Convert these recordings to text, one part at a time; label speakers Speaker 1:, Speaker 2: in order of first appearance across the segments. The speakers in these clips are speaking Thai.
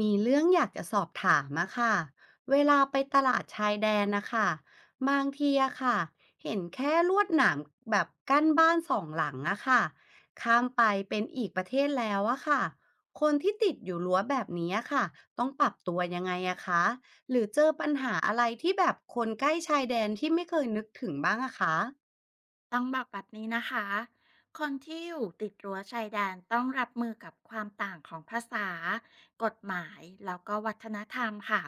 Speaker 1: มีเรื่องอยากจะสอบถามอะค่ะเวลาไปตลาดชายแดนนะคะบางทีอะค่ะเห็นแค่ลวดหนามแบบกั้นบ้านสองหลังอะค่ะข้ามไปเป็นอีกประเทศแล้วอะค่ะคนที่ติดอยู่รั้วแบบนี้อะค่ะต้องปรับตัวยังไงอะคะหรือเจอปัญหาอะไรที่แบบคนใกล้ชายแดนที่ไม่เคยนึกถึงบ้างอะคะ
Speaker 2: ต้องบอกแบบนี้นะคะ คนที่อยู่ติดรั้วชายแดนต้องรับมือกับความต่างของภาษากฎหมาย แล้วก็วัฒนธรรมค่ะ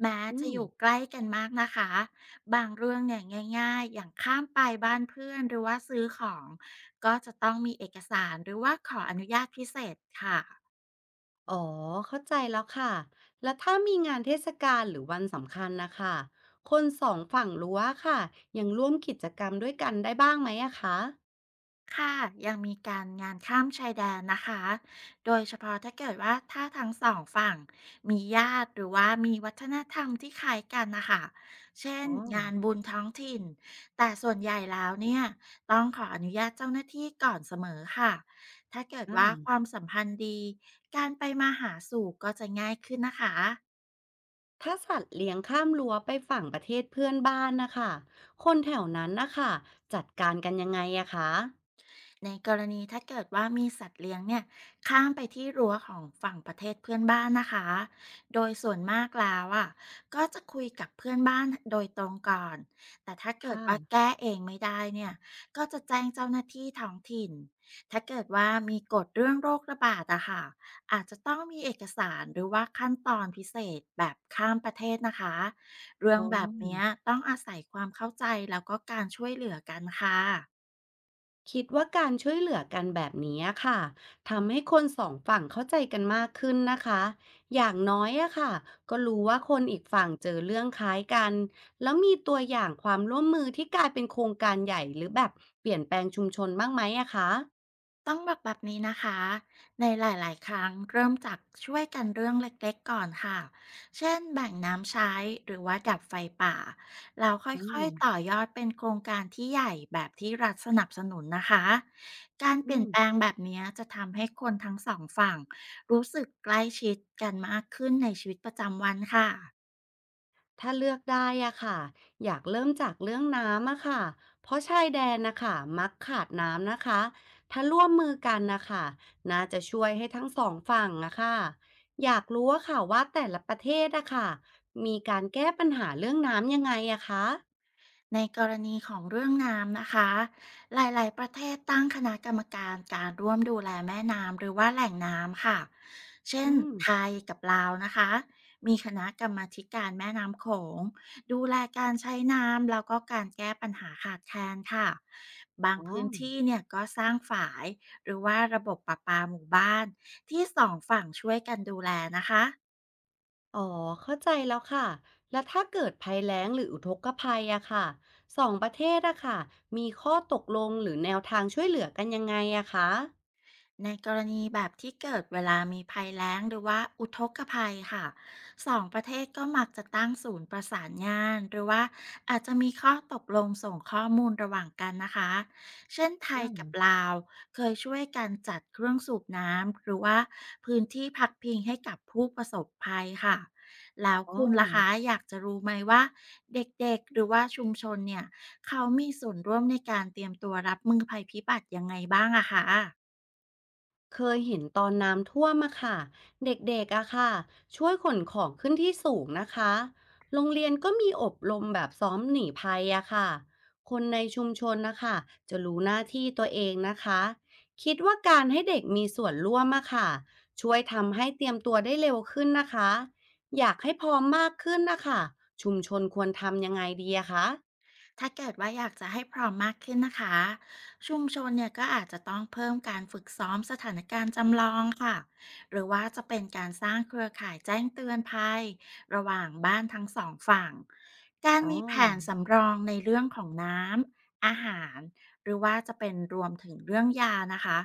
Speaker 2: แม้
Speaker 1: อื
Speaker 2: จะ
Speaker 1: ม
Speaker 2: อยู่ใกล้กันมากนะคะ บางเรื่องเนี่ยง่ายๆอย่างข้ามไปบ้านเพื่อนหรือว่าซื้อของก็จะต้องมีเอกสารหรือว่าขออนุญาตพิเศษค่ะ
Speaker 1: อ๋อเข้าใจแล้วค่ะแล้วถ้ามีงานเทศกาลหรือวันสำคัญนะคะคนสองฝั่งรั้วค่ะยังร่วมกิจกรรมด้วยกันได้บ้างไหมอะคะ
Speaker 2: ค่ะยังมีการงานข้ามชายแดนนะคะโดยเฉพาะถ้าเกิดว่าถ้าทั้งสองฝั่งมีญาติหรือว่ามีวัฒนธรรมที่คล้ายกันนะคะเช่น
Speaker 1: อ๋อ
Speaker 2: งานบุญท้องถิ่นแต่ส่วนใหญ่แล้วเนี่ยต้องขออนุญาตเจ้าหน้าที่ก่อนเสมอค่ะถ้าเกิด
Speaker 1: อ
Speaker 2: ว่าความ
Speaker 1: ่า
Speaker 2: สัมพันธ์ดีการไปมาหาสู่ก็จะง่ายขึ้นนะคะ
Speaker 1: ถ้าสัตว์เลี้ยงข้ามรั้วไปฝั่งประเทศเพื่อนบ้านนะคะคนแถวนั้นนะคะจัดการกันยังไงอะคะ
Speaker 2: ในกรณีถ้าเกิดว่ามีสัตว์เลี้ยงเนี่ยข้ามไปที่รั้วของฝั่งประเทศเพื่อนบ้านนะคะโดยส่วนมากแล้วอ่ะก็จะคุยกับเพื่อนบ้านโดยตรงก่อนแต่ถ้าเกิด
Speaker 1: ค่ะ
Speaker 2: ว่าแก้เองไม่ได้เนี่ยก็จะแจ้งเจ้าหน้าที่ท้องถิ่นถ้าเกิดว่ามีกฎเรื่องโรคระบาดอะค่ะอาจจะต้องมีเอกสารหรือว่าขั้นตอนพิเศษแบบข้ามประเทศนะคะเรื่อ
Speaker 1: อ๋
Speaker 2: งแบบเนี้ย
Speaker 1: อ
Speaker 2: ต้องอาศัยความเข้าใจแล้วก็การช่วยเหลือกันค่ะ
Speaker 1: คิดว่าการช่วยเหลือกันแบบนี้อะค่ะทำให้คนสองฝั่งเข้าใจกันมากขึ้นนะคะอย่างน้อยอะค่ะก็รู้ว่าคนอีกฝั่งเจอเรื่องคล้ายกันแล้วมีตัวอย่างความร่วมมือที่กลายเป็นโครงการใหญ่หรือแบบเปลี่ยนแปลงชุมชนบ้างไหมอะคะ
Speaker 2: ต้องบอกแบบนี้นะคะ ในหลายๆครั้งเริ่มจากช่วยกันเรื่องเล็กๆก่อนค่ะ เช่นแบ่งน้ำใช้หรือว่าดับไฟป่าแล้วค
Speaker 1: อ๋อ
Speaker 2: ่อยๆต่อยอดเป็นโครงการที่ใหญ่แบบที่รัฐสนับสนุนนะคะ การเป
Speaker 1: อื
Speaker 2: ลี่ยน
Speaker 1: ม
Speaker 2: แปลงแบบนี้จะทำให้คนทั้งสองฝั่งรู้สึกใกล้ชิดกันมากขึ้นในชีวิตประจำวันค่ะ
Speaker 1: ถ้าเลือกได้อะค่ะอยากเริ่มจากเรื่องน้ำอะค่ะเพราะชายแดนนะคะมักขาดน้ำนะคะถ้าร่วมมือกันนะคะน่าจะช่วยให้ทั้งสองฝั่งอะค่ะอยากรู้อะค่ะว่าแต่ละประเทศอะค่ะมีการแก้ปัญหาเรื่องน้ำยังไงอะคะ
Speaker 2: ในกรณีของเรื่องน้ำนะคะ หลายๆประเทศตั้งคณะกรรมการการร่วมดูแลแม่น้ำหรือว่าแหล่งน้ำค่ะ เช่น
Speaker 1: อืม
Speaker 2: ไทยกับลาวนะคะ มีคณะกรรมาธิการแม่น้ำโขงดูแลการใช้น้ำแล้วก็การแก้ปัญหาขาดแคลนค่ะบาง
Speaker 1: อ๋อ
Speaker 2: พื้นที่เนี่ยก็สร้างฝายหรือว่าระบบประปาหมู่บ้านที่สองฝั่งช่วยกันดูแลนะคะ
Speaker 1: อ๋อเข้าใจแล้วค่ะแล้วถ้าเกิดภัยแล้งหรืออุทกภัยอะค่ะสองประเทศอะค่ะมีข้อตกลงหรือแนวทางช่วยเหลือกันยังไงอะคะ
Speaker 2: ในกรณีแบบที่เกิดเวลามีภัยแล้งหรือว่าอุทกภัยค่ะสองประเทศก็มักจะตั้งศูนย์ประสานงานหรือว่าอาจจะมีข้อตกลงส่งข้อมูลระหว่างกันนะคะเช่นไทย
Speaker 1: อ่า
Speaker 2: กับลาวเคยช่วยกันจัดเครื่องสูบน้ำหรือว่าพื้นที่พักพิงให้กับผู้ประสบภัยค่ะแล้ว
Speaker 1: อ๋อ
Speaker 2: คุณล่ะคะอยากจะรู้ไหมว่าเด็กๆหรือว่าชุมชนเนี่ยเขามีส่วนร่วมในการเตรียมตัวรับมือภัยพิบัติยังไงบ้างอะคะ
Speaker 1: เคยเห็นตอนน้ำท่วมอะค่ะเด็กๆอะค่ะช่วยขนของขึ้นที่สูงนะคะโรงเรียนก็มีอบรมแบบซ้อมหนีภัยอะค่ะคนในชุมชนนะคะจะรู้หน้าที่ตัวเองนะคะคิดว่าการให้เด็กมีส่วนร่วมอะค่ะช่วยทำให้เตรียมตัวได้เร็วขึ้นนะคะอยากให้พร้อมมากขึ้นนะคะชุมชนควรทำยังไงดีอะคะ
Speaker 2: ถ้าเกิดว่าอยากจะให้พร้อมมากขึ้นนะคะชุมชนเนี่ยก็อาจจะต้องเพิ่มการฝึกซ้อมสถานการณ์จำลองค่ะหรือว่าจะเป็นการสร้างเครือข่ายแจ้งเตือนภัยระหว่างบ้านทั้งสองฝั่งการ
Speaker 1: อ๋อ
Speaker 2: มีแผนสำรองในเรื่องของน้ำอาหารหรือว่าจะเป็นรวมถึงเรื่องยานะคะ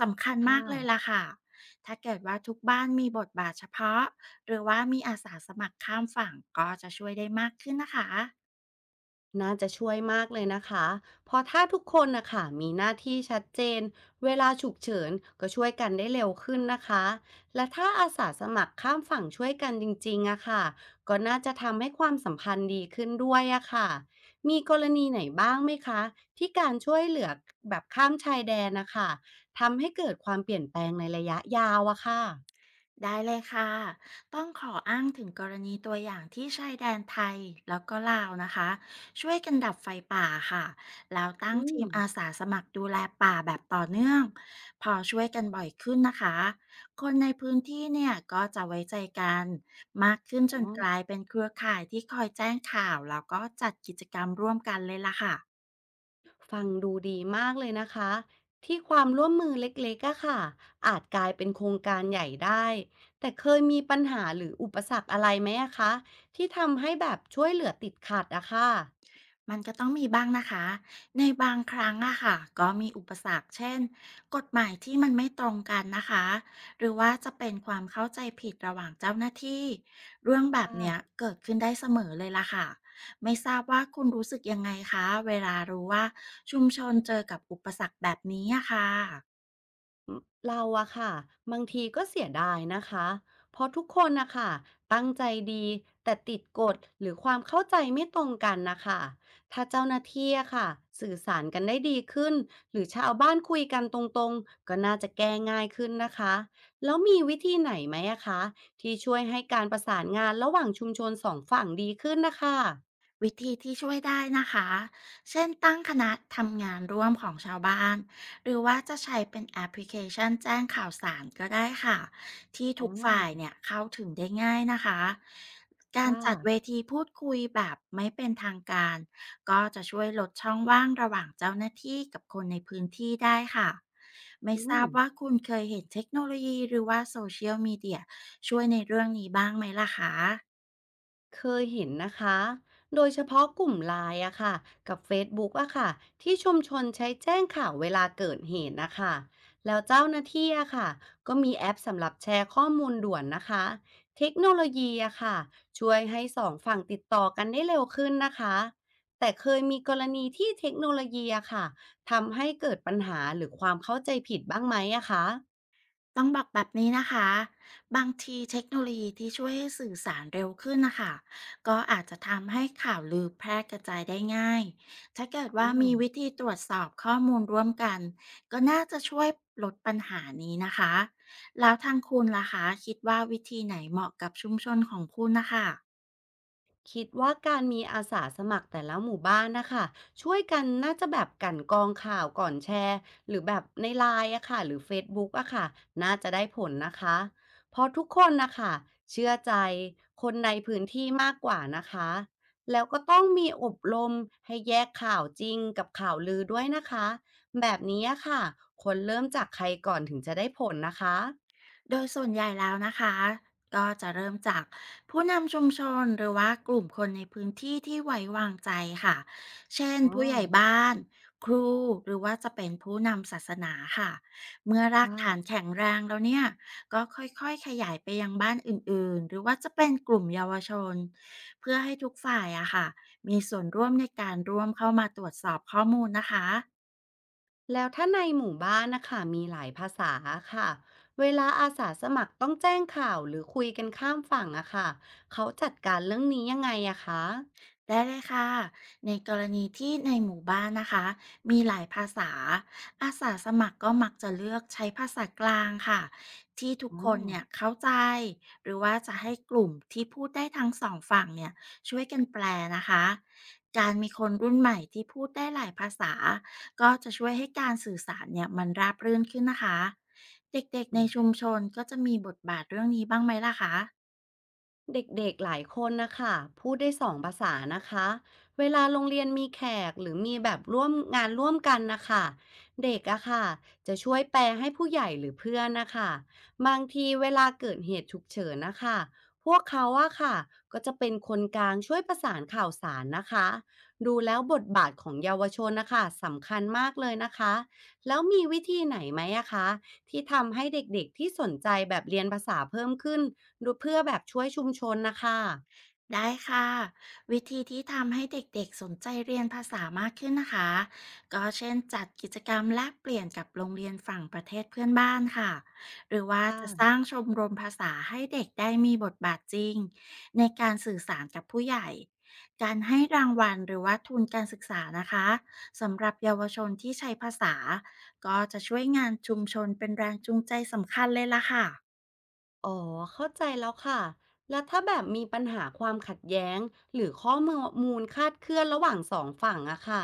Speaker 2: สำคัญ
Speaker 1: ค
Speaker 2: มากเลย
Speaker 1: ่ะ
Speaker 2: ล่ะค่ะถ้าเกิดว่าทุกบ้านมีบทบาทเฉพาะหรือว่ามีอาสาสมัครข้ามฝั่งก็จะช่วยได้มากขึ้นนะคะ
Speaker 1: น่าจะช่วยมากเลยนะคะเพราะถ้าทุกคนนะคะมีหน้าที่ชัดเจนเวลาฉุกเฉินก็ช่วยกันได้เร็วขึ้นนะคะ และถ้าอาสาสมัครข้ามฝั่งช่วยกันจริงๆอะค่ะก็น่าจะทำให้ความสัมพันธ์ดีขึ้นด้วยอะค่ะมีกรณีไหนบ้างไหมคะที่การช่วยเหลือแบบข้ามชายแดนนะคะทำให้เกิดความเปลี่ยนแปลงในระยะยาวอะค่ะ
Speaker 2: ได้เลยค่ะ ต้องขออ้างถึงกรณีตัวอย่างที่ชายแดนไทยแล้วก็ลาวนะคะช่วยกันดับไฟป่าค่ะแล้วตั้ง
Speaker 1: อื
Speaker 2: ที
Speaker 1: ม
Speaker 2: มอาสาสมัครดูแลป่าแบบต่อเนื่องพอช่วยกันบ่อยขึ้นนะคะคนในพื้นที่เนี่ยก็จะไว้ใจกันมากขึ้นจ
Speaker 1: อ๋อ
Speaker 2: นกลายเป็นเครือข่ายที่คอยแจ้งข่าวแล้วก็จัดกิจกรรมร่วมกันเลยล่ะค่ะ
Speaker 1: ฟังดูดีมากเลยนะคะที่ความร่วมมือเล็กๆอะค่ะอาจกลายเป็นโครงการใหญ่ได้แต่เคยมีปัญหาหรืออุปสรรคอะไรไหมอะคะที่ทำให้แบบช่วยเหลือติดขัดอะค่ะ
Speaker 2: มันก็ต้องมีบ้างนะคะ ในบางครั้งอะค่ะก็มีอุปสรรคเช่นกฎหมายที่มันไม่ตรงกันนะคะหรือว่าจะเป็นความเข้าใจผิดระหว่างเจ้าหน้าที่เรื่องแบบเนี้ย
Speaker 1: ค่ะ
Speaker 2: เกิดขึ้นได้เสมอเลยล่ะค่ะไม่ทราบว่าคุณรู้สึกยังไงคะเวลารู้ว่าชุมชนเจอกับอุปสรรคแบบนี้อะค่ะ
Speaker 1: เราอะค่ะบางทีก็เสียดายนะคะเพราะทุกคนนะคะตั้งใจดีแต่ติดกฎหรือความเข้าใจไม่ตรงกันนะคะถ้าเจ้าหน้าที่อะค่ะสื่อสารกันได้ดีขึ้นหรือชาวบ้านคุยกันตรงๆก็น่าจะแก้ง่ายขึ้นนะคะแล้วมีวิธีไหนไหมอะคะที่ช่วยให้การประสานงานระหว่างชุมชนสองฝั่งดีขึ้นนะคะ
Speaker 2: วิธีที่ช่วยได้นะคะ เช่นตั้งคณะทำงานร่วมของชาวบ้าน หรือว่าจะใช้เป็นแอปพลิเคชันแจ้งข่าวสารก็ได้ค่ะ ที่
Speaker 1: อ๋
Speaker 2: ทุกฝ่าย
Speaker 1: อ
Speaker 2: เนี่ยเข้าถึงได้ง่ายนะคะ การ
Speaker 1: ค่ะ
Speaker 2: จัดเวทีพูดคุยแบบไม่เป็นทางการ ก็จะช่วยลดช่องว่างระหว่างเจ้าหน้าที่กับคนในพื้นที่ได้ค่ะ ไม่
Speaker 1: อื
Speaker 2: ทรา
Speaker 1: ม
Speaker 2: บว่าคุณเคยเห็นเทคโนโลยีหรือว่าโซเชียลมีเดียช่วยในเรื่องนี้บ้างไหมล่ะคะ
Speaker 1: เคยเห็นนะคะ โดยเฉพาะกลุ่มไลน์อะค่ะกับ Facebook อะค่ะที่ชุมชนใช้แจ้งข่าวเวลาเกิดเหตุนะคะแล้วเจ้าหน้าที่อะค่ะก็มีแอปสำหรับแชร์ข้อมูลด่วนนะคะเทคโนโลยีอะค่ะช่วยให้สองฝั่งติดต่อกันได้เร็วขึ้นนะคะแต่เคยมีกรณีที่เทคโนโลยีอะค่ะทำให้เกิดปัญหาหรือความเข้าใจผิดบ้างไหมอะคะ
Speaker 2: ต้องบอกแบบนี้นะคะบางทีเทคโนโลยีที่ช่วยให้สื่อสารเร็วขึ้นนะคะก็อาจจะทำให้ข่าวลือแพร่กระจายได้ง่ายถ้าเกิด
Speaker 1: อ๋
Speaker 2: ว่า
Speaker 1: อ
Speaker 2: มีวิธีตรวจสอบข้อมูลร่วมกันก็น่าจะช่วยลดปัญหานี้นะคะแล้วทางคุณล่ะคะคิดว่าวิธีไหนเหมาะกับชุมชนของคุณนะคะ
Speaker 1: คิดว่าการมีอาสาสมัครแต่ละหมู่บ้านนะคะช่วยกันน่าจะแบบกลั่นกรองข่าวก่อนแชร์หรือแบบในไลน์อะค่ะหรือเฟซบุ๊กอะค่ะน่าจะได้ผลนะคะเพราะทุกคนนะคะเชื่อใจคนในพื้นที่มากกว่านะคะแล้วก็ต้องมีอบรมให้แยกข่าวจริงกับข่าวลือด้วยนะคะแบบนี้อะค่ะคนเริ่มจากใครก่อนถึงจะได้ผลนะคะ
Speaker 2: โดยส่วนใหญ่แล้วนะคะก็จะเริ่มจากผู้นำชุมชนหรือว่ากลุ่มคนในพื้นที่ที่ไว้วางใจค่ะเช่น
Speaker 1: อ๋อ
Speaker 2: ผู้ใหญ่บ้านครูหรือว่าจะเป็นผู้นำศาสนาค่ะเมื่อรากฐาน
Speaker 1: ค่ะ
Speaker 2: แข็งแรงแล้วเนี่ยก็ค่อยๆขยายไปยังบ้านอื่นๆหรือว่าจะเป็นกลุ่มเยาวชนเพื่อให้ทุกฝ่ายอะค่ะมีส่วนร่วมในการร่วมเข้ามาตรวจสอบข้อมูลนะคะ
Speaker 1: แล้วถ้าในหมู่บ้านนะคะมีหลายภาษาค่ะเวลาอาสาสมัครต้องแจ้งข่าวหรือคุยกันข้ามฝั่งอะค่ะเขาจัดการเรื่องนี้ยังไงอะคะ
Speaker 2: ได้เลยค่ะ ในกรณีที่ในหมู่บ้านนะคะมีหลายภาษาอาสาสมัครก็มักจะเลือกใช้ภาษากลางค่ะที่ทุกค
Speaker 1: อ๋
Speaker 2: นเนี่ยเข้าใจหรือว่าจะให้กลุ่มที่พูดได้ทั้งสองฝั่งเนี่ยช่วยกันแปลนะคะการมีคนรุ่นใหม่ที่พูดได้หลายภาษาก็จะช่วยให้การสื่อสารเนี่ยมันราบรื่นขึ้นนะคะเด็กๆในชุ
Speaker 1: อ
Speaker 2: มชนก็จะมีบทบาทเรื่องนี้บ้างไหมล่ะคะ
Speaker 1: เด็กๆหลายคนนะคะพูดได้สองภาษานะคะเวลาโรงเรียนมีแขกหรือมีแบบร่วมงานร่วมกันนะคะเด็กอะค่ะจะช่วยแปลให้ผู้ใหญ่หรือเพื่อนนะคะบางทีเวลาเกิดเหตุฉุกเฉินนะคะพวกเขาอะค่ะก็จะเป็นคนกลางช่วยประสานข่าวสารนะคะดูแล้วบทบาทของเยาวชนนะคะสำคัญมากเลยนะคะแล้วมีวิธีไหนไหมอะคะ ที่ทำให้เด็ก ๆ ที่สนใจแบบเรียนภาษาเพิ่มขึ้นดูเพื่อแบบช่วยชุมชนนะคะ
Speaker 2: ได้ค่ะวิธีที่ทำให้เด็กๆสนใจเรียนภาษามากขึ้นนะคะก็เช่นจัดกิจกรรมแลกเปลี่ยนกับโรงเรียนฝั่งประเทศเพื่อนบ้านค่ะหรือว่า
Speaker 1: ค
Speaker 2: จะสร้า
Speaker 1: ่ะ
Speaker 2: งชมรมภาษาให้เด็กได้มีบทบาทจริงในการสื่อสารกับผู้ใหญ่การให้รางวัลหรือว่าทุนการศึกษานะคะสำหรับเยาวชนที่ใช้ภาษาก็จะช่วยงานชุมชนเป็นแรงจูงใจสำคัญเลยล่ะค่ะ
Speaker 1: อ๋อเข้าใจแล้วค่ะแล้วถ้าแบบมีปัญหาความขัดแย้งหรือข้อมูลคลาดเคลื่อนระหว่างสองฝั่งอะค่ะ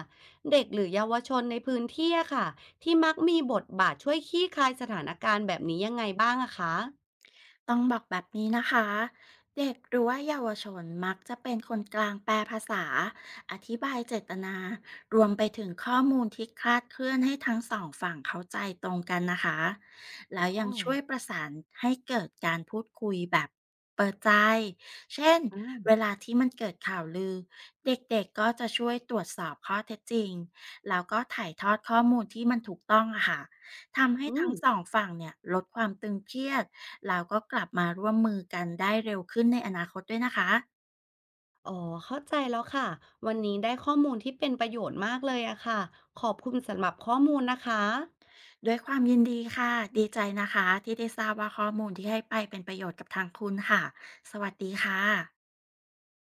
Speaker 1: เด็กหรือเยาวชนในพื้นที่อะค่ะที่มักมีบทบาทช่วยคลี่คลายสถานการณ์แบบนี้ยังไงบ้างอะคะ
Speaker 2: ต้องบอกแบบนี้นะคะเด็กหรือว่าเยาวชนมักจะเป็นคนกลางแปลภาษาอธิบายเจตนารวมไปถึงข้อมูลที่คลาดเคลื่อนให้ทั้งสองฝั่งเข้าใจตรงกันนะคะ
Speaker 1: อ๋อ
Speaker 2: แล้วยังช่วยประสานให้เกิดการพูดคุยแบบเปิดใจเช่น
Speaker 1: อ่
Speaker 2: เว
Speaker 1: า
Speaker 2: ลาที่มันเกิดข่าวลือเด็กๆก็จะช่วยตรวจสอบข้อเท็จจริงแล้วก็ถ่ายทอดข้อมูลที่มันถูกต้องอะค่ะทำให้
Speaker 1: อื
Speaker 2: ทั้
Speaker 1: ม
Speaker 2: งสองฝั่งเนี่ยลดความตึงเครียด แล้วก็กลับมาร่วมมือกันได้เร็วขึ้นในอนาคตด้วยนะคะ
Speaker 1: อ๋อ เข้าใจแล้วค่ะ วันนี้ได้ข้อมูลที่เป็นประโยชน์มากเลยอะค่ะขอบคุณสำหรับข้อมูลนะคะ
Speaker 2: ด้วยความยินดีค่ะดีใจนะคะที่ได้ทราบว่าข้อมูลที่ให้ไปเป็นประโยชน์กับทางคุณค่ะสวัสดีค่ะ